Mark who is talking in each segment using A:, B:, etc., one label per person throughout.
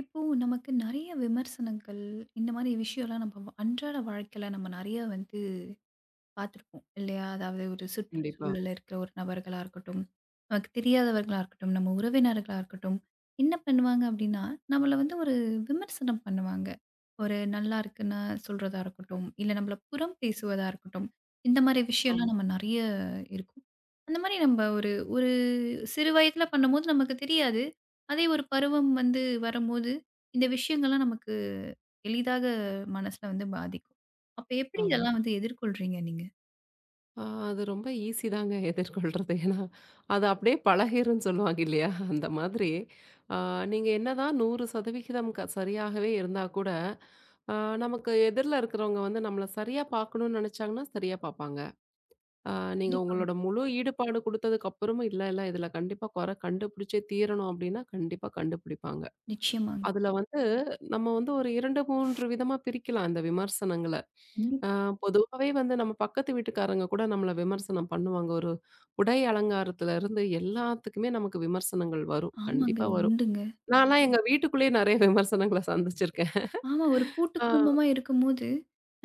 A: இப்போ நமக்கு நெறைய விமர்சனங்கள், இந்த மாரி விஷயம்லாம் நம்ம அன்றாட வாழ்க்கையில நம்ம நெறைய வந்து பார்த்துருப்போம் இல்லையா? அதாவது ஒரு
B: கண்டிப்பா.
A: சுற்றுச்சூழல்ல இருக்கிற ஒரு நபர்களா இருக்கட்டும், நமக்கு தெரியாதவர்களா இருக்கட்டும், நம்ம உறவினர்களா இருக்கட்டும், என்ன பண்ணுவாங்க அப்படின்னா, நம்மள வந்து ஒரு விமர்சனம் பண்ணுவாங்க. ஒரு நல்லா இருக்குன்னு சொல்றதா இருக்கட்டும், இல்ல நம்மள புறம் பேசுவதா இருக்கட்டும், இந்த மாரி
B: ஆமா,
A: விஷயம்லாம் நம்ம நெறைய இருக்கும். அந்த மாரி நம்ம ஒரு ஒரு சிறு வயதில பண்ணும்போது நமக்கு தெரியாது. அதே ஒரு பருவம் வந்து வரும்போது, இந்த விஷயங்கள்லாம் நமக்கு எளிதாக மனசுல வந்து பாதிக்கும். அப்ப எப்படி
B: ஆமா.
A: இதெல்லாம் வந்து எதிர்கொள்றீங்க நீங்க?
B: ஆ அது ரொம்ப ஈஸி தாங்க எதிர்கொள்றது. ஏன்னா, அது அப்படியே பழகிரும்ன்னு சொல்லுவாங்க இல்லையா? அந்த
A: சரிங்க.
B: மாதிரி. ஆ நீங்க என்னதான் 100% க சரியாகவே இருந்தா கூட, ஆ நமக்கு எதிர்ல இருக்கிறவங்க வந்து நம்மள சரியா பார்க்கணும்னு நினைச்சாங்கன்னா, சரியா பார்ப்பாங்க. ஆ நீங்க
A: கண்டிப்பாங்க.
B: உங்களோட முழு ஈடுபாடு குடுத்ததுக்கு அப்புறமும், இல்ல, இல்ல இதில கண்டிப்பா குறை கண்டுபிடிச்சே தீரணும் அப்படின்னா, கண்டிப்பா கண்டுபிடிப்பாங்க.
A: நிச்சயமாங்க.
B: அதுல வந்து நம்ம வந்து ஒரு 2, 3 விதமா பிரிக்கலாம் இந்த விமர்சனங்கள.
A: கண்டிப்
B: அ பொதுவாவே வந்து நம்ம பக்கத்து வீட்டுக்காரங்க கூட நம்மள விமர்சனம் பண்ணுவாங்க. ஒரு உடை அலங்காரத்துல இருந்து எல்லாத்துக்குமே நமக்கு விமர்சனங்கள் வரும்.
A: ஆமாங்க.
B: கண்டிப்பா வரும்.
A: உண்டுங்க.
B: நான்லாம் எங்க வீட்டுக்குள்ளேயே நெறைய விமர்சனங்கள சந்திச்சிருக்கேன்.
A: ஆமா, ஒரு கூட்டு
B: ஆ
A: குடும்பமா இருக்கும்போது,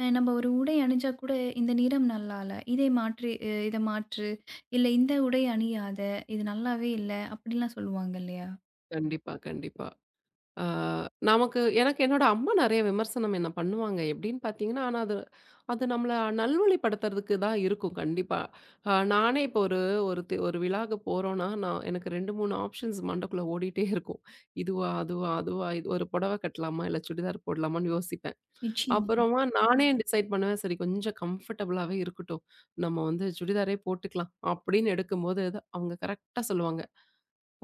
A: நம்ம ஒரு உடை அணிஞ்சா கூட இந்த நிறம் நல்லா இல்ல. இதை மாற்றி இத மாற்று. இல்ல இந்த உடை அணியாத. இது நல்லாவே இல்ல. அப்படிலாம் சொல்லுவாங்க இல்லையா?
B: கண்டிப்பா, கண்டிப்பா. ஆ நமக்கு எனக்கு என்னோட அம்மா நெறைய விமர்சனம் என்ன பண்ணுவாங்க. எப்படின்னு பார்த்தீங்கன்னா, ஆனா அது அது நம்மள நல்வழிப்படுத்துறதுக்கு தான் இருக்கும் கண்டிப்பா. நானே இப்போ ஒரு ஒரு தி ஒரு விழாக்கு போறோம்னா, எனக்கு 2, 3 ஆப்ஷன்ஸ் மண்டக்குள்ள ஓடிட்டே இருக்கும். இதுவா, அதுவா, அதுவா இது ஒரு புடவை கட்டலாமா? இல்ல சுடிதார் போடலாமான்னு யோசிப்பேன்.
A: நிச்சயமா.
B: அப்புறமா நானே டிசைட் பண்ணுவேன். சரி கொஞ்சம் கம்ஃபர்டபுளாவே இருக்கட்டும். நம்ம வந்து சுடிதாரே போட்டுக்கலாம் அப்படின்னு எடுக்கும்போது, அவங்க கரெக்ட்டா சொல்லுவாங்க.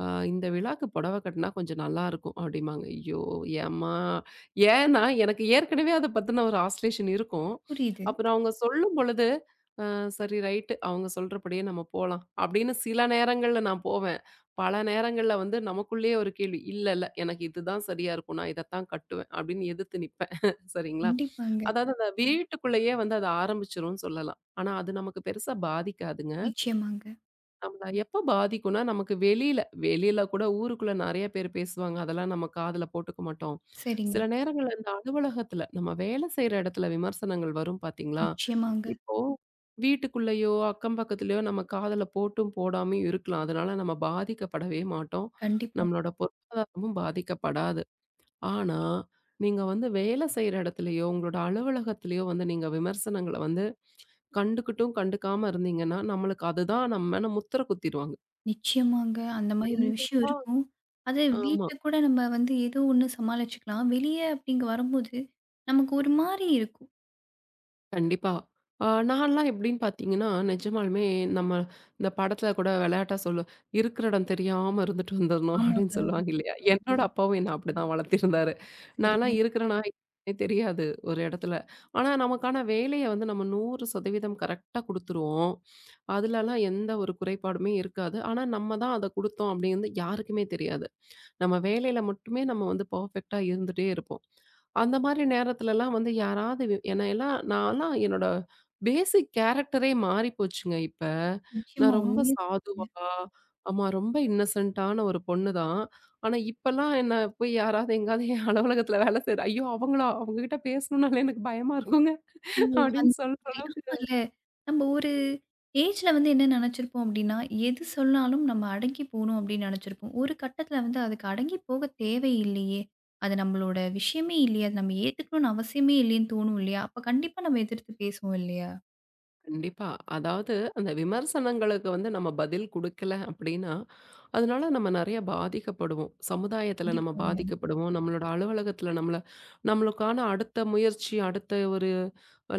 B: ஆ இந்த விழாக்கு புடவ கட்டினா கொஞ்சம் நல்லாயிருக்கும் அப்படிம்பாங்க. ஐயோ! ஏம்மா ஏன்னா எனக்கு ஏற்கனவே அத பத்தின ஒரு ஆஸ்லேஷன் இருக்கும்.
A: புரியுது.
B: அப்புறம் அவங்க சொல்லும் பொழுது, "அ சரி ரைட்டு அவங்க சொல்றபடியே நம்ம போலாம்." அப்படின்னு சில நேரங்கள்ல நான் போவேன். பல நேரங்கள்ல வந்து நமக்குள்ளேயே ஒரு கேள்வி, "இல்ல இல்ல எனக்கு இதுதான் சரியா இருக்கும். நான் இதத்தான் கட்டுவேன்." அப்படின்னு எதிர்த்து நிப்பேன். சரிங்களா?
A: கண்டிப்பாங்க.
B: அதாவது அந்த வீட்டுக்குள்ளேயே வந்து அத ஆரம்பிச்சுரும்னு சொல்லலாம். ஆனா அது நமக்கு பெருசா பாதிக்காதுங்க.
A: நிச்சயமாங்க.
B: நம்மள எப்ப பாதிக்கும்னா, நமக்கு வெளியில வெளியில கூட ஊருக்குள்ள நெறைய பேர் பேசுவாங்க. அதெல்லாம் நம்ம காதுல போட்டுக்க மாட்டோம்.
A: சரிங்க.
B: சில நேரங்கள்ல இந்த அலுவலகத்துல, நம்ம வேலை செய்ற இடத்துல விமர்சனங்கள் வரும் பார்த்தீங்களா?
A: நிச்சயமாங்க.
B: இப்போ வீட்டுக்குள்ளேயோ, அக்கம் பக்கத்துலயோ நம்ம காதுல போட்டும் போடாமயும் இருக்கலாம். அதனால நம்ம பாதிக்கப்படவே மாட்டோம்.
A: கண்டிப்பா.
B: நம்மளோட பொருளாதாரமும் பாதிக்கப்படாது. ஆனா, நீங்க வந்து வேலை செய்ற இடத்துலயோ, உங்களோட அலுவலகத்திலயோ வந்து நீங்க விமர்சனங்கள வந்து கண்டுக்கிட்டும் கண்டுக்காம இருந்தீங்கன்னா, நம்மளுக்கு அதுதான் நம்ம மேல முத்திர குத்திருவாங்க.
A: நிச்சயமாங்க. அந்த மாரி ஒரு விஷயம்
B: கண்டிப்பா.
A: இருக்கும். அது
B: ஆமா.
A: வீட்ல கூட நம்ம வந்து ஏதோ ஒண்ணு சமாளிச்சுக்கலாம். வெளிய அப்படிங்க வரும்போது, நமக்கு ஒரு மாரி இருக்கும்.
B: கண்டிப்பா. நான்லாம் எப்படின்னு பார்த்தீங்கன்னா, நிஜமாலுமே நம்ம இந்த படத்துல கூட விளையாட்டா சொல்லுவோம். "இருக்கிற இடம் தெரியாம இருந்துட்டு வந்துரணும்" அப்படின்னு
A: ஆமாங்க.
B: சொல்லுவாங்க இல்லையா?
A: அது
B: என்னோட அப்பாவும் என்ன அப்படிதான் வளர்த்திருந்தாரு.
A: சரிங்க.
B: நான்லாம் இருக்கிறேனா என்னன்னே தெரியாது ஒரு இடத்துல. ஆனா நமக்கான வேலைய வந்து நம்ம 100% கரெக்ட்டா குடுத்துருவோம். அதுலலாம் எந்த ஒரு குறைபாடுமே இருக்காது. ஆனா நம்ம தான் அத குடுத்தோம் அப்படின்னு யாருக்குமே தெரியாது. நம்ம வேலையில மட்டுமே நம்ம வந்து பெர்ஃபெக்ட்டா இருந்துட்டே இருப்போம். அந்த மாதிரி நேரத்துலலாம் வந்து யாராவது என்ன எல்லாம் நான்லாம் என்னோட பேசிக் கேரக்டரே மாறி போச்சுங்க இப்ப.
A: நிச்சயமா
B: நான் ரொம்ப
A: உண்மையா
B: சாதுவா,
A: சொன்னீங்க.
B: ஆமா ரொம்ப இன்னசென்ட்டான ஒரு பொண்ணு தான். ஆனா இப்பலாம் என்ன போய் யாராவது எங்கேயாவது என் அலுவலகத்துல வேலை செய்ற "ஐயோ! அவங்களா? அவங்க கிட்ட பேசணும்னாலே எனக்கு பயமா இருக்குங்க"
A: ஓ!
B: அப்படின்னு
A: அந்த
B: சொல்ற
A: மாதிரி.
B: அளவுக்கு
A: ஆமால்ல. நம்ம ஒரு ஏஜ்ல வந்து என்ன நெனச்சிருப்போம் அப்டின்னா, எது சொன்னாலும் நம்ம அடங்கி போணும் அப்டின்னு நெனச்சிருப்போம். ஒரு கட்டத்துல வந்து அதுக்கு அடங்கி போக தேவையில்லயே! அது நம்மளோட விஷயமே இல்லயே! அது நம்ம ஏத்துக்கணும்னு அவசியமே இல்லயேன்னு தோணும் இல்லயா! அப்ப கண்டிப்பா நம்ம எதிர்த்து பேசுவோம் இல்லயா!
B: கண்டிப்பா. அதாவது அந்த விமர்சனங்களுக்கு வந்து நம்ம பதில் குடுக்கல அப்படின்னா, அதனால நம்ம நெறைய பாதிக்கப்படுவோம். சமுதாயத்துல நம்ம
A: கண்டிப்பாங்க.
B: பாதிக்கப்படுவோம். நம்மளோட அலுவலகத்துல நம்மள நம்மளுக்கான அடுத்த முயற்சி, அடுத்த ஒரு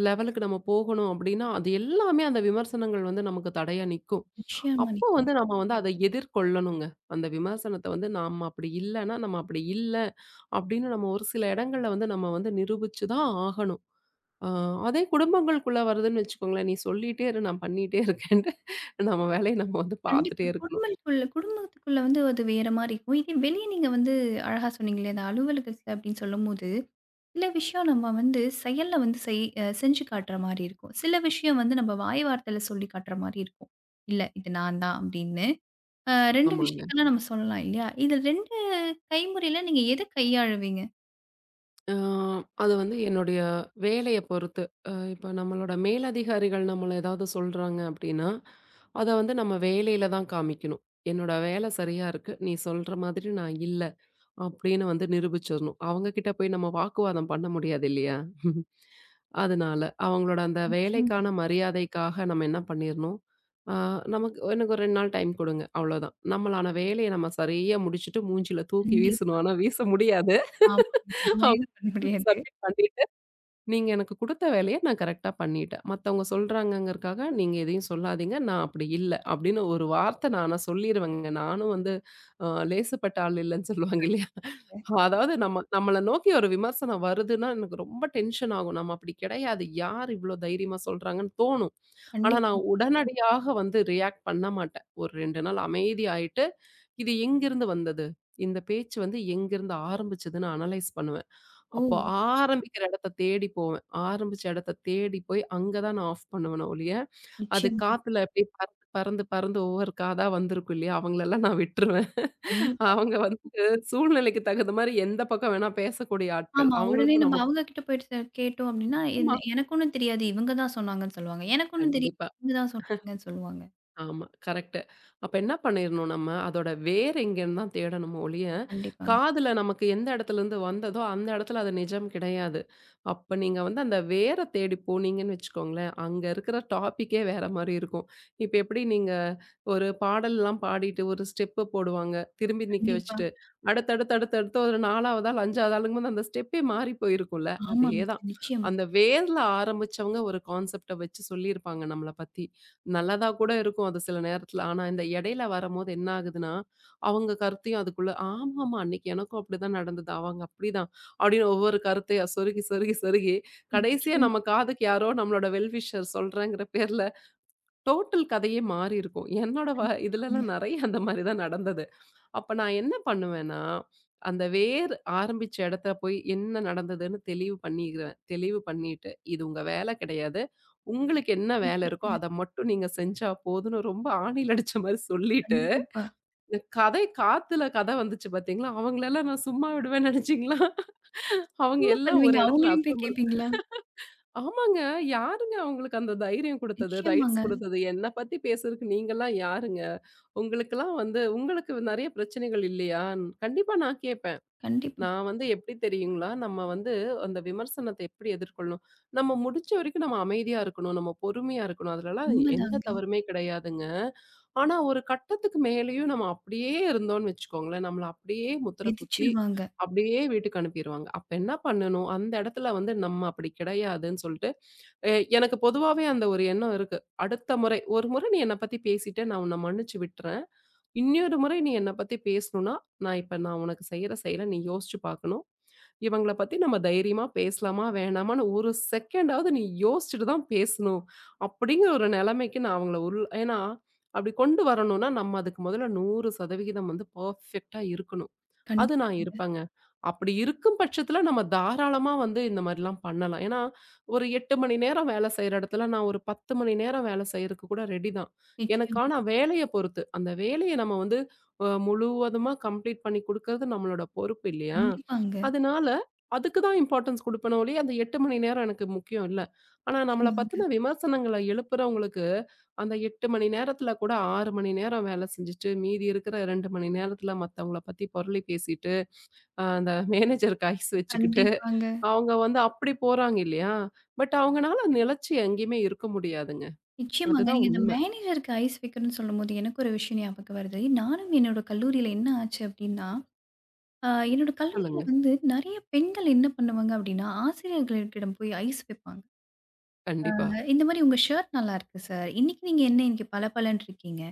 B: லெவலுக்கு நம்ம போகணும் அப்படின்னா, அது எல்லாமே அந்த விமர்சனங்கள் வந்து நமக்கு தடையா நிக்கும்.
A: நிச்சயமா
B: அப்போ வந்து
A: நிக்கும்.
B: நம்ம வந்து அத எதிர்கொள்ளணுங்க. அந்த விமர்சனத்த வந்து நாம அப்படி இல்லன்னா, நம்ம அப்படி இல்ல அப்படின்னு நம்ம ஒரு சில இடங்கள்ல வந்து நம்ம வந்து நிரூபிச்சு தான் ஆகணும். ஆ அதே குடும்பங்களுக்குள்ள வருதுன்னு வச்சுக்கோங்களேன், "நீ சொல்லிட்டே இரு, நான் பண்ணிட்டே இருக்கேன்ட்டு" நம்ம வேலைய நம்ம வந்து பார்த்துட்டே
A: கண்டிப்பா.
B: இருக்கணும்.
A: குடும்பத்துக்குள்ள குடும்பத்துக்குள்ள வந்து அது வேற மாரி இருக்கும். இதே வெளிய நீங்க வந்து அழகா சொன்னீங்க இல்லையா? அந்த அலுவலகத்தில அப்படின்னு சொல்லும்போது, சில விஷயம் நம்ம வந்து செயல்ல வந்து செய் அ செஞ்சு காட்டுற மாரி இருக்கும். சில விஷயம் வந்து நம்ம வாய் வார்த்தையில சொல்லி காட்டுற மாரி இருக்கும். "இல்ல, இது நான் தான்" அப்படின்னு. அ 2
B: ஆமாங்க.
A: விஷயத்தலாம் நம்ம சொல்லலாம் இல்லையா? இதில 2 கைமுறையில நீங்க எத கையாளுவீங்க?
B: ஆ அது வந்து என்னுடைய வேலைய பொறுத்து. இப்ப நம்மளோட மேலதிகாரிகள் நம்மள ஏதாவது சொல்றாங்க அப்படின்னா, அத வந்து நம்ம வேலையில தான் காமிக்கணும். "என்னோட வேலை சரியா இருக்கு. நீ சொல்ற மாதிரி நான் இல்ல." அப்படின்னு வந்து நிரூபிச்சிரணும். அவங்க கிட்ட போய் நம்ம வாக்குவாதம் பண்ண முடியாது இல்லையா? அதனால அவங்களோட அந்த
A: நிச்சயமா.
B: வேலைக்கான மரியாதைக்காக நம்ம என்ன பண்ணிரணும், ஆ நமக்கு எனக்கு ஒரு 2 நாள் டைம் குடுங்க அவ்வளோதான். நம்மளான வேலைய நம்ம சரியா முடிச்சுட்டு மூஞ்சில தூக்கி
A: கண்டிப்பா.
B: வீசணும். ஆனா வீச முடியாது.
A: ஆமாங்க. அந்த மாரிலாம் பண்ண
B: அவங்கள
A: முடியாது.
B: சப்மிட் பண்ணிட்டு நீங்க எனக்கு குடுத்த வேலைய நான் கரெக்ட்டா பண்ணிட்டேன். மத்தவங்க சொல்றாங்கங்கறக்காக நீங்க எதையும் சொல்லாதீங்க. நான் அப்படி இல்ல. அப்படின்னு ஒரு வார்த்தை நானா சொல்லிருவேங்க. நானும் வந்து லேசுப்பட்ட ஆள் இல்லன்னு சொல்லுவாங்க இல்லையா?
A: கண்டிப்பாங்க.
B: அதாவது நம்மள நோக்கி ஒரு விமர்சனம் வருதுன்னா, எனக்கு ரொம்ப டென்ஷன் ஆகும். நம்ம அப்படி கிடையாது. யார் இவ்ளோ தைரியமா சொல்றாங்கன்னு தோணும். ஆனா
A: கண்டிப்பா.
B: நான் உடனடியாக வந்து ரியாக்ட் பண்ண மாட்டேன். ஒரு 2 நாள் அமைதியாயிட்டு, இது எங்கிருந்து வந்தது? இந்த பேச்சு வந்து எங்கிருந்து ஆரம்பிச்சதுன்னு அனலைஸ் பண்ணுவேன்.
A: ஓ!
B: அப்போ ஆரம்பிக்கிற இடத்த தேடி போவேன். ஆரம்பிச்ச இடத்த தேடி போய் அங்க தான் நான் ஆஃப் பண்ணுவேனே ஒழிய, அது
A: நிச்சயமா.
B: காத்துல அப்படியே பறந்து, பறந்து, பறந்து ஒவ்வொரு காதா வந்திருக்கும் இல்லையா? அவங்களெல்லாம் நான் விட்டுருவேன்.
A: கண்டிப்பா.
B: அவங்க வந்து சூழ்நிலைக்கு தகுந்த மாரி எந்த பக்கம் வேணா பேசக்கூடிய ஆட்கள்.
A: ஆமா. உடனே
B: அவங்களுக்கும்
A: நம்ம
B: நமக்கும்
A: அவங்க கிட்ட போயிட்டு கேட்டோம் அப்டின்னா,
B: ஆமா,
A: எனக்கு ஒண்ணும் தெரியாது. இவங்க தான் சொன்னாங்கன்னு சொல்லுவாங்க. எனக்கு ஒண்ணும் தெரியாது.
B: கண்டிப்பா.
A: இவங்க தான் சொன்னாங்கன்னு சொல்லுவாங்க.
B: ஆமா. கரெக்ட்டு. அப்ப என்ன பண்ணிரணும் நம்ம, அதோட வேர் எங்கேன்னு தான் தேடணும் ஒழிய,
A: கண்டிப்பாங்க.
B: காதுல நமக்கு எந்த இடத்துலருந்து வந்ததோ, அந்த இடத்துல அது நிஜம் கிடையாது. அப்ப நீங்க வந்து அந்த வேர தேடி போனீங்கன்னு வச்சுக்கோங்களேன், அங்க இருக்கிற டாபிக்கே வேற மாரி இருக்கும். இப்ப எப்படி நீங்க ஒரு பாடல்லாம் பாடிட்டு ஒரு ஸ்டெப்பு போடுவாங்க, திரும்பி நிக்க
A: கண்டிப்பா.
B: வச்சுட்டு. அடுத்தடுத்து அடுத்தடுத்து ஒரு 4வது ஆள், 5வது ஆளுங்கும் போது அந்த ஸ்டெப்பே மாறி போயிருக்கும்ல.
A: ஆமாங்க.
B: அதேதான்.
A: நிச்சயம்.
B: அந்த வேர்ல ஆரம்பிச்சவங்க ஒரு கான்செப்ட்ட வச்சு சொல்லியிருப்பாங்க நம்மள பத்தி. நல்லதா கூட இருக்கும் அது சில நேரத்துல. ஆனா, இந்த இடையில வரம்போது என்ன ஆகுதுன்னா, அவங்க கருத்தையும் அதுக்குள்ள ஆமாமா அன்னைக்கு எனக்கும் அப்படிதான் நடந்தது. அவங்க அப்படிதான். அப்படின்னு ஒவ்வொரு கருத்தையா சொருகி, சொருகி, சொருகி கடைசியா
A: நிச்சயமா.
B: நம்ம காதுக்கு யாரோ நம்மளோட வெல் விஷர் சொல்றேங்கிற பேர்ல டோட்டல் கதையே மாறி இருக்கும். என்னோட
A: கண்டிப்பாங்க.
B: இதுலலாம் நெறைய அந்த மாரி தான் நடந்தது. அப்ப நான் என்ன பண்ணுவேன்னா, அந்த வேர் ஆரம்பிச்ச இடத்துல போய் என்ன நடந்ததுன்னு தெளிவு பண்ணிருவேன். தெளிவு பண்ணிட்டு, இது உங்க வேலை கிடையாது. உங்களுக்கு என்ன வேலை இருக்கோ,
A: சூப்பர்ங்க.
B: அத மட்டும் நீங்க செஞ்சா போதும்ன்னு ரொம்ப ஆணில அடிச்ச மாரி சொல்லிட்டு,
A: கண்டிப்பா.
B: இந்த கதை காத்துல கதை வந்துச்சு பார்த்தீங்களா, அவங்களலாம் நான் சும்மா விடுவேன்னு நினைச்சீங்களா? அவங்க
A: என்ன
B: எல்லாம் ஒரு
A: பண்ணுவீங்க?
B: இடத்துல
A: அவங்களையும் போய்
B: அசெம்பிள்
A: கேட்பீங்களா?
B: ஆமாங்க. யாருங்க அவங்களுக்கு அந்த தைரியம் குடுத்தது? ரைட்ஸ்
A: நிச்சயமாங்க.
B: குடுத்தது? என்ன பத்தி பேசுறதுக்கு நீங்கலாம் யாருங்க? உங்களுக்கெல்லாம் வந்து உங்களுக்கு நெறைய பிரச்சனைகள் இல்லையா? கண்டிப்பா நான் கேட்பேன்.
A: கண்டிப்பா.
B: நான் வந்து எப்படி தெரியுங்களா? நம்ம வந்து அந்த விமர்சனத்த எப்படி எதிர்கொள்ளணும்? நம்ம முடிஞ்ச வரைக்கும் நம்ம அமைதியா இருக்கணும். நம்ம பொறுமையா இருக்கணும். அதுலலாம் எந்த
A: உண்மதாங்க.
B: தவறுமே கிடையாதுங்க. ஆனா ஒரு கட்டத்துக்கு மேலேயும் நம்ம அப்படியே இருந்தோம்னு வச்சுக்கோங்களேன், நம்மள அப்படியே முத்திர குத்தி,
A: மிதிச்சிருவாங்க.
B: அப்படியே வீட்டுக்கு அனுப்பிருவாங்க. அப்ப என்ன பண்ணணும்? அந்த இடத்துல வந்து நம்ம அப்படி கிடையாதுன்னு சொல்லிட்டு, எனக்கு பொதுவாவே அந்த ஒரு எண்ணம் இருக்கு. அடுத்த முறை ஒரு முறை நீ என்ன பத்தி பேசிட்ட, நான் உன்ன மன்னிச்சு விட்டுறேன். இன்னொரு முறை நீ என்னை பத்தி பேசணும்னா, நான் உனக்கு செய்யற செயல நீ யோசிச்சு பார்க்கணும். இவங்கள பத்தி நம்ம தைரியமா பேசலாமா? வேணாமான்னு ஒரு செகண்டாவது நீ யோசிச்சுட்டு தான் பேசணும். அப்படிங்கிற ஒரு நிலைமைக்கு நான் அவங்கள உள் ஏன்னா அப்படி கொண்டு வரணும்னா, நம்ம அதுக்கு முதல்ல 100% வந்து பெர்ஃபெக்ட்டா இருக்கணும். அது நான்
A: கண்டிப்பாங்க.
B: இருப்பேங்க. அப்படி இருக்கும் பட்சத்தில நம்ம தாராளமா வந்து இந்த மாரிலாம் பண்ணலாம். ஏன்னா, ஒரு 8 மணி நேரம் வேலை செய்ற இடத்துல, நான் ஒரு 10 மணி நேரம் வேலை செய்றக்கு கூட ரெடி தான்.
A: நிச்சயமா.
B: ஆனா வேலைய பொறுத்து. அந்த வேலைய நம்ம வந்து முழுவதுமா கம்ப்ளீட் பண்ணி குடுக்கறது நம்மளோட பொறுப்பு இல்லையா?
A: கண்டிப்பாங்க.
B: அதனால அதுக்கு தான் இம்பார்ட்டன்ஸ் குடுப்பேனே ஒழிய, அந்த 8 மணி நேரம் எனக்கு முக்கியம் இல்ல. ஆனா நம்மள
A: நிச்சயமாங்க.
B: பத்தின விமர்சனங்கள எழுப்புறவங்களுக்கு, அந்த 8 மணி நேரத்தில கூட 6 மணி நேரம் வேலை செஞ்சுட்டு, மீதி இருக்கிற 2 மணி நேரத்தில மத்தவங்கள பத்தி பொரளி பேசிட்டு அந்த மேனேஜருக்கு ஐஸ் வச்சுக்கிட்டு,
A: கண்டிப்பாங்க.
B: அவங்க வந்து அப்படி போறாங்க இல்லையா? பட் அவங்கனால நிலைச்சு எங்கேயுமே இருக்க முடியாதுங்க.
A: நிச்சயமாங்க.
B: அதுதான்
A: நீங்க இந்த
B: உண்மை.
A: மேனேஜருக்கு ஐஸ் வைக்கணும்னு சொல்லும்போது, எனக்கு ஒரு விஷயம் ஞாபகம் வருது. நானும் என்னோட கல்லூரியில என்ன ஆச்சு அப்டின்னா என்னோட கல்லூரியில
B: சொல்லுங்க.
A: வந்து நெறைய பெண்கள் என்ன பண்ணுவாங்க அப்டின்னா, ஆசிரியர்களிடம் போய் ஐஸ் வைப்பாங்க.
B: கண்டிப்பா.
A: இந்த மாரி "உங்க ஷர்ட் நல்லாருக்கு சார். இன்னைக்கு நீங்க என்ன இன்னைக்கு பளபளன்னு இருக்கீங்க.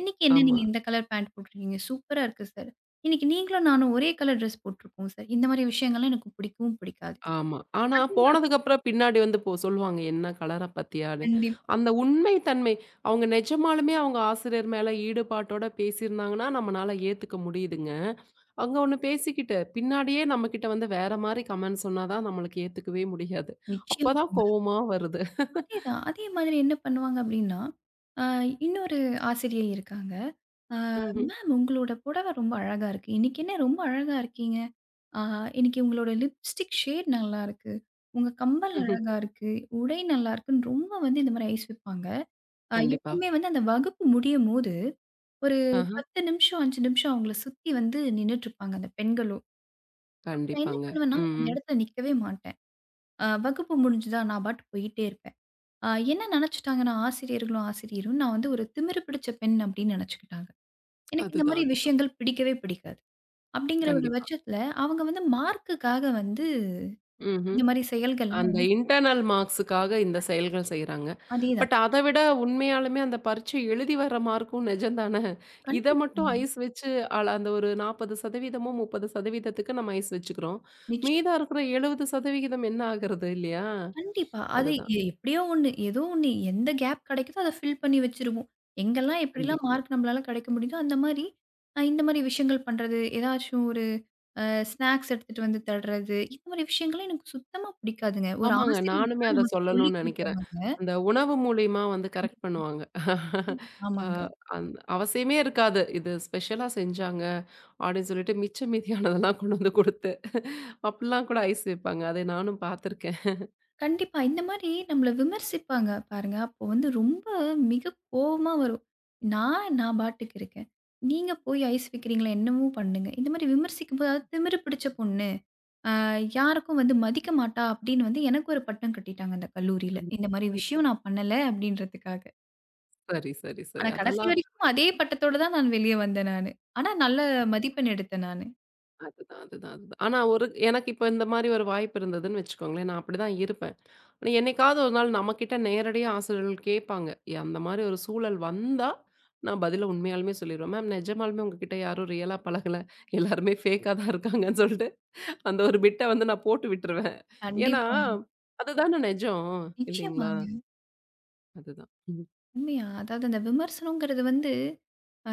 A: இன்னைக்கு என்ன
B: ஆமா,
A: நீங்க இந்த கலர் பேண்ட் போட்டிருக்கீங்க. சூப்பரா இருக்கு சார். இன்னைக்கு நீங்களும் நானும் ஒரே கலர் ட்ரெஸ் போட்டுருக்கோம் சார்." இந்த மாரி விஷயங்கள்லாம் எனக்கு பிடிக்கவும் பிடிக்காது.
B: ஆமா. ஆனா
A: அதே மாரி
B: போனதுக்கப்புறம் பின்னாடி வந்து போ சொல்லுவாங்க, "என்ன கலர பாத்தியான்னு?"
A: கண்டிப்பா.
B: அந்த உண்மை தன்மை அவங்க நிஜமாலுமே அவங்க ஆசிரியர் மேல ஈடுபாட்டோட பேசியிருந்தாங்கன்னா, நம்மனால ஏத்துக்க முடியுதுங்க. அங்க ஒண்ணு பேசிக்கிட்டு, பின்னாடியே நம்மகிட்ட வந்து வேற மாரி கமெண்ட் சொன்னா தான் நம்மளுக்கு ஏத்துக்கவே முடியாது. அப்பதான்
A: நிச்சயமாங்க.
B: கோவமா வருது.
A: அதேதான். அதே மாதிரி என்ன பண்ணுவாங்க அப்டின்னா, ஆ இன்னொரு ஆசிரியை இருக்காங்க. "ஆ
B: ம்ஹ்ம்,
A: மேம், உங்களோட புடவை ரொம்ப அழகா இருக்கு. இன்னைக்கு என்ன ரொம்ப அழகா இருக்கீங்க." ஆ இன்னைக்கு உங்களோட லிப்ஸ்டிக் ஷேட் நல்லாருக்கு. உங்க கம்மல்
B: ம்ஹ்ம்.
A: அழகா இருக்கு. உடை நல்லாருக்குன்னு ரொம்ப வந்து இந்த மாரி ஐஸ் வைப்பாங்க.
B: கண்டிப்பா.
A: எப்பவுமே வந்து அந்த வகுப்பு முடியும்போது, ஒரு
B: ஆஹா.
A: 10 நிமிஷம், 5 நிமிஷம் அவங்கள சுத்தி வந்து நின்னுட்டுருப்பாங்க அந்த பெண்களும். அப்ப நான் என்ன
B: கண்டிப்பாங்க.
A: பண்ணுவேன்னா,
B: ம்,
A: அந்த
B: ம்.
A: இடத்துல நிக்கவே மாட்டேன். வகுப்பு முடிஞ்சுதா நான் பாட்டுக்கு போயிட்டே இருப்பேன். அ என்ன நெனச்சுட்டாங்கன்னா, ஆசிரியர்களும், ஆசிரியரும் நான் வந்து ஒரு திமிரு பிடிச்ச பெண் அப்படின்னு நெனச்சுக்கிட்டாங்க. எனக்கு இந்த
B: அதுதான்,
A: மாரி
B: அதுதான்.
A: விஷயங்கள் பிடிக்கவே பிடிக்காது. அப்படிங்கிற ஒரு
B: கண்டிப்பா.
A: பட்சத்துல அவங்க வந்து மார்க்குக்காக வந்து
B: ம்ஹ்ம்.
A: இந்த மாரி செயல்கள்லாம்
B: அந்த
A: வந்து
B: இன்டர்னல் மார்க்ஸுக்காக இந்த செயல்கள் செய்றாங்க.
A: அதேதான்.
B: பட் அத விட உண்மையாலுமே அந்த பரீட்சை எழுதி வர மார்க்கும் நிஜம் தானே. இத மட்டும்
A: கண்டிப்பாங்க.
B: ஐஸ் வச்சு அந்த ஒரு 40%மோ 30%க்கு நம்ம ஐஸ் வச்சுக்கிறோம்.
A: நிச்சயம்.
B: மீதம் இருக்கிற 70% என்ன ஆகுறது இல்லையா?
A: கண்டிப்பா. அது
B: அதுதான்.
A: எப்படியோ ஒண்ணு. ஏதோ ஒண்ணு. எந்த கேப் கிடைக்குதோ அத ஃபில் பண்ணி வச்சுருவோம். எங்கெல்லாம் எப்படிலாம்
B: கண்டிப்பா.
A: மார்க் நம்மளால கிடைக்க முடியுதோ, அந்த மாரி இந்த மாரி விஷயங்கள் பண்றது, ஏதாச்சும் ஒரு ஸ்நாக்ஸ் எடுத்துட்டு வந்து தர்றது, இந்த மாரி விஷயங்கள்லாம் எனக்கு சுத்தமா பிடிக்காதுங்க. ஒரு
B: ஆமாங்க. நானுமே
A: ஆசிரியர்னா
B: அத
A: நமக்கு சொல்லிக்
B: சொல்லணும்னு நெனைக்கிறேன்.
A: குடுக்குறவங்க.
B: அந்த உணவு மூலியமா வந்து கரெக்ட்
A: கண்டிப்
B: பண்ணுவாங்க. அ
A: ஆமாங்க.
B: அந் அவசியமே இருக்காது. இது ஸ்பெஷலா செஞ்சாங்க அப்டின்னு சொல்லிட்டு மிச்ச மீதியானதெல்லாம் கொண்டு வந்து குடுத்து, அப்டிலாம் கூட ஐஸ் வைப்பாங்க. அதை நானும் பார்த்துருக்கேன்.
A: கண்டிப்பா. இந்த மாரி நம்மள விமர்சிப்பாங்க பாருங்க. அப்போ வந்து ரொம்ப மிக கோவமா வரும். நான் நான் பாட்டுக்கு இருக்கேன். நீங்க போய் ஐஸ் வைக்கிறீங்களா? என்னமோ பண்ணுங்க. இந்த மாரி விமர்சிக்கும்போது அதாவது திமிரு பிடிச்ச பொண்ணு. அ யாருக்கும் வந்து மதிக்க மாட்டா அப்படின்னு வந்து எனக்கு ஒரு பட்டம் கட்டிட்டாங்க அந்த கல்லூரியில.
B: கண்
A: இந்த மாரி விஷயம் நான் பண்ணல அப்படின்றதுக்காக.
B: சரி, சரி, சரி.
A: ஆனா கடைசி
B: அதெல்லாம்
A: வரைக்கும் அதே பட்டத்தோட தான் நான் வெளிய வந்தேன் நானு. ஆனா நல்ல மதிப்பெண் எடுத்தேன் நானு.
B: அதுதான், அதுதான், அதுதான். ஆனா எனக்கு இப்ப இந்த மாரி ஒரு வாய்ப்பு இருந்ததுன்னு வச்சுக்கோங்களேன், நான் அப்படிதான் இருப்பேன். ஆனா என்னைக்காவது ஒரு நாள் நம்மகிட்ட நேரடியா ஆசிரியர்கள் கேட்பாங்க. அந்த மாரி ஒரு சூழல் வந்தா, நான் பதில உண்மையாலுமே சொல்லிருவேன். மேம் நிஜமாலுமே உங்ககிட்ட யாரும் ரியலா பழகல. எல்லாருமே ஃபேக்கா தான் இருக்காங்கன்னு சொல்லிட்டு, அந்த ஒரு பிட்ட வந்து நான் போட்டு விட்டுருவேன். ஏன்னா,
A: கண்டிப்பாங்க.
B: அதுதான நெஜம். இல்லைங்களா?
A: நிச்சயமாங்க.
B: அதுதான். ம்.
A: உண்மையா? அதாவது அந்த விமர்சனங்கிறது வந்து, அ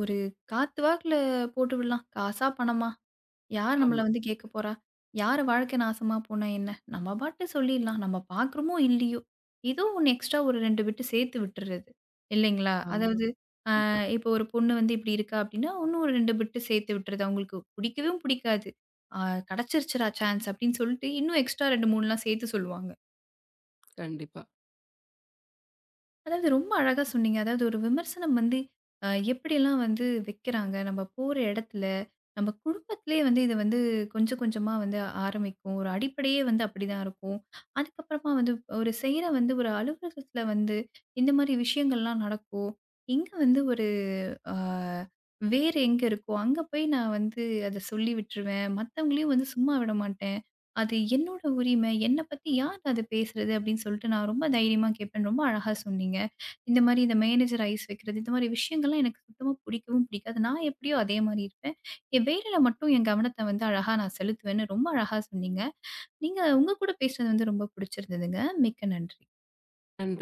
A: ஒரு காத்து வாக்குல போட்டு விடலாம். காசா, பணமா? யார் நம்மள
B: ஆமா,
A: வந்து கேட்க போறா? யார் வாழ்க்கை நாசமா போனா என்ன? நம்ம பாட்டு சொல்லிடலாம். நம்ம பார்க்குறோமோ, இல்லையோ! ஏதோ ஒண்ணு எக்ஸ்ட்ரா ஒரு 2 பிட்டு சேர்த்து விட்டுறது. இல்லைங்களா?
B: ஆமா.
A: அதாவது
B: ம்.
A: இப்போ ஒரு பொண்ணு வந்து இப்படி இருக்கா அப்படின்னா, இன்னும் ஒரு 2 பிட்டு சேர்த்து விட்டுறது. அவங்களுக்கு பிடிக்கவும் பிடிக்காது. ஆ "கிடைச்சிருச்சுடா சான்ஸ்" அப்படின்னு சொல்லிட்டு, இன்னும் எக்ஸ்ட்ரா 2, 3லாம் சேர்த்து சொல்லுவாங்க.
B: கண்டிப்பா.
A: அதாவது ரொம்ப அழகா சொன்னீங்க. அதாவது ஒரு விமர்சனம் வந்து எப்படியெல்லாம் வந்து வைக்கிறாங்க. நம்ம போற இடத்துல, நம்ம குடும்பத்திலேயே வந்து இது வந்து கொஞ்சம் கொஞ்சமா வந்து ஆரம்பிக்கும். ஒரு அடிப்படையே வந்து அப்படிதான் இருக்கும். அதுக்கப்புறமா வந்து ஒரு செய்ற வந்து ஒரு அலுவலகத்தில வந்து இந்த மாரி விஷயங்கள்லாம் நடக்கும். இங்க வந்து ஒரு அ வேறு எங்க இருக்கோ, அங்க போய் நான் வந்து அத சொல்லி விட்டுருவேன். மத்தவங்களையும் வந்து சும்மா விட மாட்டேன். அது என்னோட உரிமை. என்ன பத்தி யார் அத பேசுறது அப்படின்னு சொல்லிட்டு நான் ரொம்ப தைரியமா கேட்பேன். ரொம்ப அழகா சொன்னீங்க. இந்த மாரி இந்த மேனேஜர் ஐஸ் வைக்கிறது, இந்த மாரி விஷயங்கள்லாம் எனக்கு சுத்தமா பிடிக்கவும் பிடிக்காது. நான் எப்படியோ அதே மாரி இருப்பேன். என் வேலையில மட்டும் என் கவனத்த வந்து அழகா நான் செலுத்துவேன்னு ரொம்ப அழகா சொன்னீங்க. நீங்க உங்க கூட பேசுனது வந்து ரொம்ப பிடிச்சிருந்ததுங்க. மிக்க நன்றி.
B: நன்றி.